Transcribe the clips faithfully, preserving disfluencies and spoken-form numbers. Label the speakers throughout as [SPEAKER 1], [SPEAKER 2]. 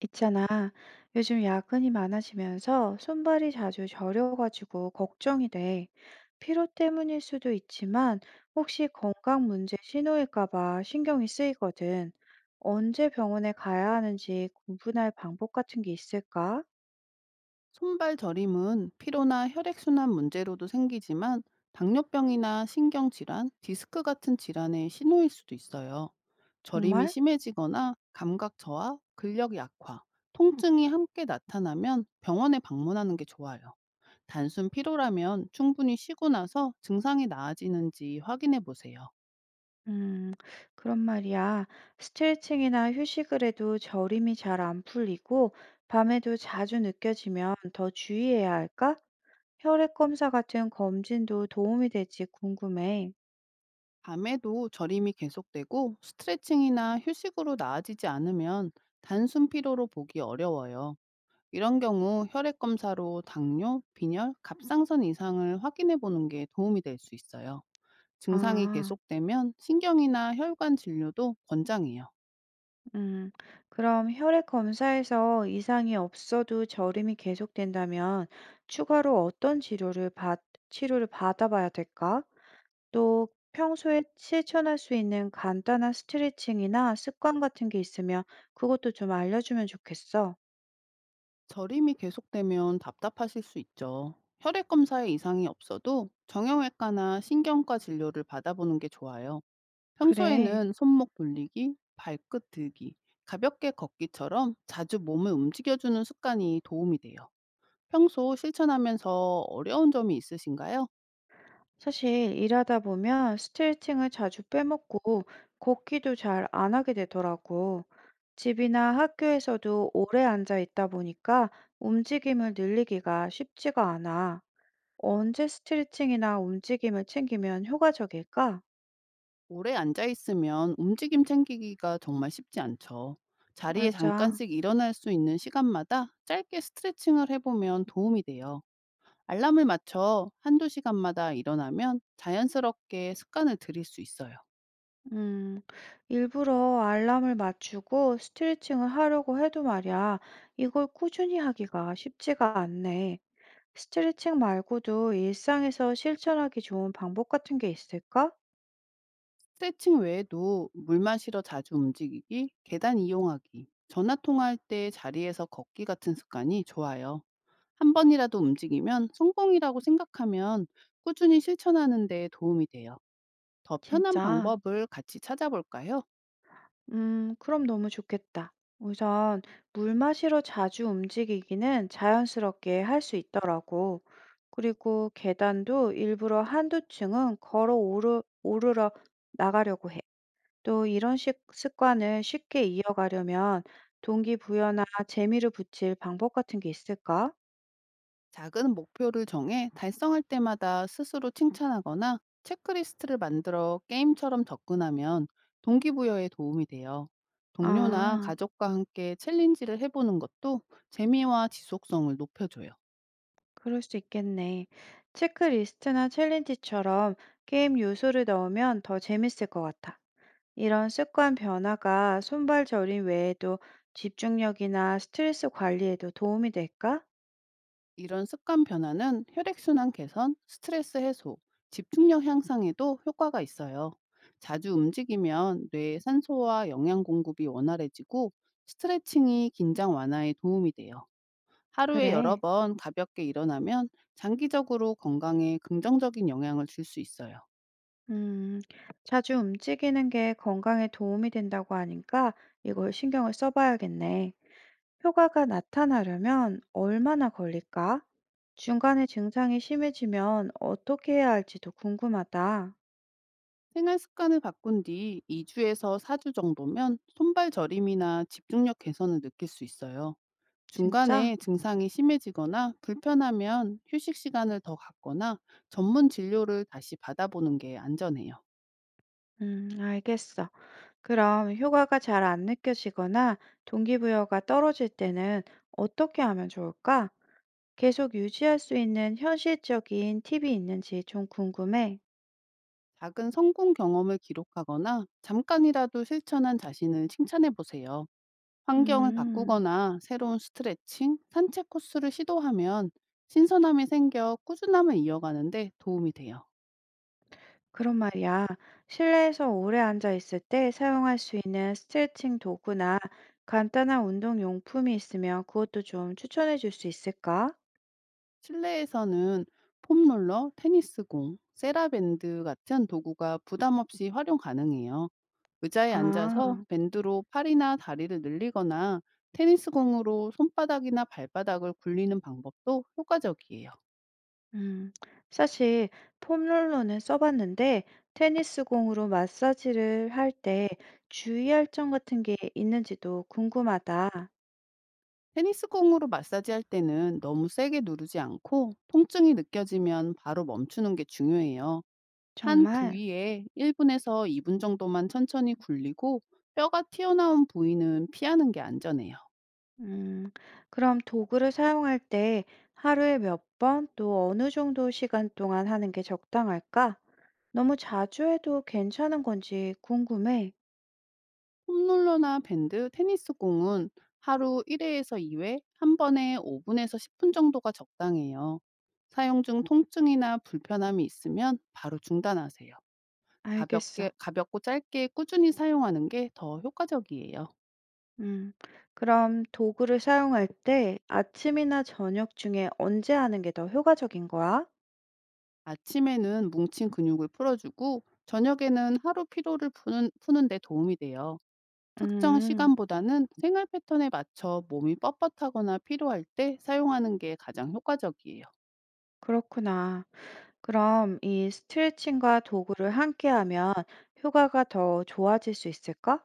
[SPEAKER 1] 있잖아. 요즘 야근이 많아지면서 손발이 자주 저려가지고 걱정이 돼. 피로 때문일 수도 있지만 혹시 건강 문제 신호일까 봐 신경이 쓰이거든. 언제 병원에 가야 하는지 구분할 방법 같은 게 있을까?
[SPEAKER 2] 손발 저림은 피로나 혈액순환 문제로도 생기지만 당뇨병이나 신경질환, 디스크 같은 질환의 신호일 수도 있어요. 저림이
[SPEAKER 1] 정말?
[SPEAKER 2] 심해지거나 감각 저하, 근력 약화, 통증이 함께 나타나면 병원에 방문하는 게 좋아요. 단순 피로라면 충분히 쉬고 나서 증상이 나아지는지 확인해 보세요.
[SPEAKER 1] 음, 그런 말이야. 스트레칭이나 휴식을 해도 저림이 잘 안 풀리고 밤에도 자주 느껴지면 더 주의해야 할까? 혈액 검사 같은 검진도 도움이 될지 궁금해.
[SPEAKER 2] 밤에도 저림이 계속되고 스트레칭이나 휴식으로 나아지지 않으면 단순 피로로 보기 어려워요. 이런 경우 혈액 검사로 당뇨, 빈혈, 갑상선 이상을 확인해 보는 게 도움이 될 수 있어요. 증상이
[SPEAKER 1] 아,
[SPEAKER 2] 계속되면 신경이나 혈관 진료도 권장해요.
[SPEAKER 1] 음, 그럼 혈액 검사에서 이상이 없어도 저림이 계속된다면 추가로 어떤 치료를 받, 치료를 받아봐야 될까? 또 평소에 실천할 수 있는 간단한 스트레칭이나 습관 같은 게 있으면 그것도 좀 알려주면 좋겠어.
[SPEAKER 2] 저림이 계속되면 답답하실 수 있죠. 혈액 검사에 이상이 없어도 정형외과나 신경과 진료를 받아보는 게 좋아요.
[SPEAKER 1] 그래.
[SPEAKER 2] 평소에는 손목 돌리기, 발끝 들기, 가볍게 걷기처럼 자주 몸을 움직여주는 습관이 도움이 돼요. 평소 실천하면서 어려운 점이 있으신가요?
[SPEAKER 1] 사실 일하다 보면 스트레칭을 자주 빼먹고 걷기도 잘 안 하게 되더라고. 집이나 학교에서도 오래 앉아 있다 보니까 움직임을 늘리기가 쉽지가 않아. 언제 스트레칭이나 움직임을 챙기면 효과적일까?
[SPEAKER 2] 오래 앉아 있으면 움직임 챙기기가 정말 쉽지 않죠. 자리에
[SPEAKER 1] 맞아.
[SPEAKER 2] 잠깐씩 일어날 수 있는 시간마다 짧게 스트레칭을 해보면 도움이 돼요. 알람을 맞춰 한두 시간마다 일어나면 자연스럽게 습관을 들일 수 있어요.
[SPEAKER 1] 음, 일부러 알람을 맞추고 스트레칭을 하려고 해도 말이야, 이걸 꾸준히 하기가 쉽지가 않네. 스트레칭 말고도 일상에서 실천하기 좋은 방법 같은 게 있을까?
[SPEAKER 2] 스트레칭 외에도 물 마시러 자주 움직이기, 계단 이용하기, 전화 통화할 때 자리에서 걷기 같은 습관이 좋아요. 한 번이라도 움직이면 성공이라고 생각하면 꾸준히 실천하는 데 도움이 돼요. 더 편한
[SPEAKER 1] 진짜?
[SPEAKER 2] 방법을 같이 찾아볼까요?
[SPEAKER 1] 음, 그럼 너무 좋겠다. 우선 물 마시러 자주 움직이기는 자연스럽게 할 수 있더라고. 그리고 계단도 일부러 한두 층은 걸어 오르, 오르러 나가려고 해. 또 이런 식 습관을 쉽게 이어가려면 동기부여나 재미를 붙일 방법 같은 게 있을까?
[SPEAKER 2] 작은 목표를 정해 달성할 때마다 스스로 칭찬하거나 체크리스트를 만들어 게임처럼 접근하면 동기부여에 도움이 돼요. 동료나
[SPEAKER 1] 아,
[SPEAKER 2] 가족과 함께 챌린지를 해보는 것도 재미와 지속성을 높여줘요.
[SPEAKER 1] 그럴 수 있겠네. 체크리스트나 챌린지처럼 게임 요소를 넣으면 더 재밌을 것 같아. 이런 습관 변화가 손발 저림 외에도 집중력이나 스트레스 관리에도 도움이 될까?
[SPEAKER 2] 이런 습관 변화는 혈액순환 개선, 스트레스 해소, 집중력 향상에도 효과가 있어요. 자주 움직이면 뇌의 산소와 영양 공급이 원활해지고 스트레칭이 긴장 완화에 도움이 돼요. 하루에 여러
[SPEAKER 1] 그래.
[SPEAKER 2] 번 가볍게 일어나면 장기적으로 건강에 긍정적인 영향을 줄 수 있어요.
[SPEAKER 1] 음, 자주 움직이는 게 건강에 도움이 된다고 하니까 이걸 신경을 써봐야겠네. 효과가 나타나려면 얼마나 걸릴까? 중간에 증상이 심해지면 어떻게 해야 할지도 궁금하다.
[SPEAKER 2] 생활 습관을 바꾼 뒤 이 주에서 사 주 정도면 손발 저림이나 집중력 개선을 느낄 수 있어요.
[SPEAKER 1] 진짜?
[SPEAKER 2] 중간에 증상이 심해지거나 불편하면 휴식 시간을 더 갖거나 전문 진료를 다시 받아보는 게 안전해요.
[SPEAKER 1] 음, 알겠어. 그럼 효과가 잘 안 느껴지거나 동기부여가 떨어질 때는 어떻게 하면 좋을까? 계속 유지할 수 있는 현실적인 팁이 있는지 좀 궁금해.
[SPEAKER 2] 작은 성공 경험을 기록하거나 잠깐이라도 실천한 자신을 칭찬해 보세요. 환경을
[SPEAKER 1] 음.
[SPEAKER 2] 바꾸거나 새로운 스트레칭, 산책 코스를 시도하면 신선함이 생겨 꾸준함을 이어가는데 도움이 돼요.
[SPEAKER 1] 그런 말이야. 실내에서 오래 앉아 있을 때 사용할 수 있는 스트레칭 도구나 간단한 운동 용품이 있으면 그것도 좀 추천해 줄 수 있을까?
[SPEAKER 2] 실내에서는 폼롤러, 테니스공, 세라밴드 같은 도구가 부담 없이 활용 가능해요. 의자에 앉아서
[SPEAKER 1] 아,
[SPEAKER 2] 밴드로 팔이나 다리를 늘리거나 테니스공으로 손바닥이나 발바닥을 굴리는 방법도 효과적이에요.
[SPEAKER 1] 음. 사실 폼롤러는 써봤는데 테니스 공으로 마사지를 할 때 주의할 점 같은 게 있는지도 궁금하다.
[SPEAKER 2] 테니스공으로 마사지할 때는 너무 세게 누르지 않고 통증이 느껴지면 바로 멈추는 게 중요해요. 한
[SPEAKER 1] 정말?
[SPEAKER 2] 부위에 일 분에서 이 분 정도만 천천히 굴리고 뼈가 튀어나온 부위는 피하는 게 안전해요.
[SPEAKER 1] 음, 그럼 도구를 사용할 때 하루에 몇 번 또 어느 정도 시간 동안 하는 게 적당할까? 너무 자주 해도 괜찮은 건지 궁금해.
[SPEAKER 2] 홈롤러나 밴드, 테니스 공은 하루 일 회에서 이 회, 한 번에 오 분에서 십 분 정도가 적당해요. 사용 중 통증이나 불편함이 있으면 바로 중단하세요.
[SPEAKER 1] 알겠어.
[SPEAKER 2] 가볍게, 가볍고 짧게 꾸준히 사용하는 게 더 효과적이에요.
[SPEAKER 1] 음, 그럼 도구를 사용할 때 아침이나 저녁 중에 언제 하는 게 더 효과적인 거야?
[SPEAKER 2] 아침에는 뭉친 근육을 풀어주고, 저녁에는 하루 피로를 푸는, 푸는데 도움이 돼요. 특정
[SPEAKER 1] 음,
[SPEAKER 2] 시간보다는 생활 패턴에 맞춰 몸이 뻣뻣하거나 피로할 때 사용하는 게 가장 효과적이에요.
[SPEAKER 1] 그렇구나. 그럼 이 스트레칭과 도구를 함께 하면 효과가 더 좋아질 수 있을까?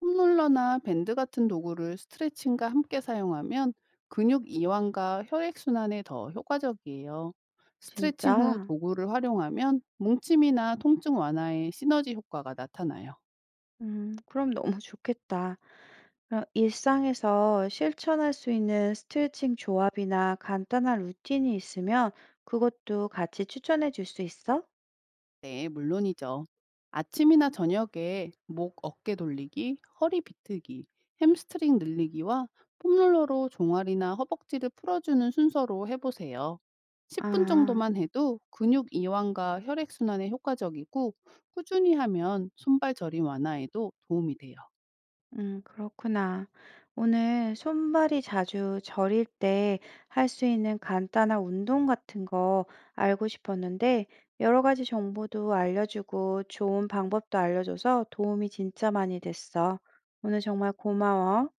[SPEAKER 2] 폼롤러나 밴드 같은 도구를 스트레칭과 함께 사용하면 근육 이완과 혈액순환에 더 효과적이에요. 스트레칭
[SPEAKER 1] 진짜?
[SPEAKER 2] 후 도구를 활용하면 뭉침이나 통증 완화에 시너지 효과가 나타나요.
[SPEAKER 1] 음, 그럼 너무 좋겠다. 그럼 일상에서 실천할 수 있는 스트레칭 조합이나 간단한 루틴이 있으면 그것도 같이 추천해 줄 수 있어?
[SPEAKER 2] 네, 물론이죠. 아침이나 저녁에 목 어깨 돌리기, 허리 비트기, 햄스트링 늘리기와 폼롤러로 종아리나 허벅지를 풀어주는 순서로 해보세요. 십 분
[SPEAKER 1] 아,
[SPEAKER 2] 정도만 해도 근육 이완과 혈액순환에 효과적이고 꾸준히 하면 손발 저림 완화에도 도움이 돼요.
[SPEAKER 1] 음, 그렇구나. 오늘 손발이 자주 저릴 때 할 수 있는 간단한 운동 같은 거 알고 싶었는데 여러 가지 정보도 알려주고 좋은 방법도 알려줘서 도움이 진짜 많이 됐어. 오늘 정말 고마워.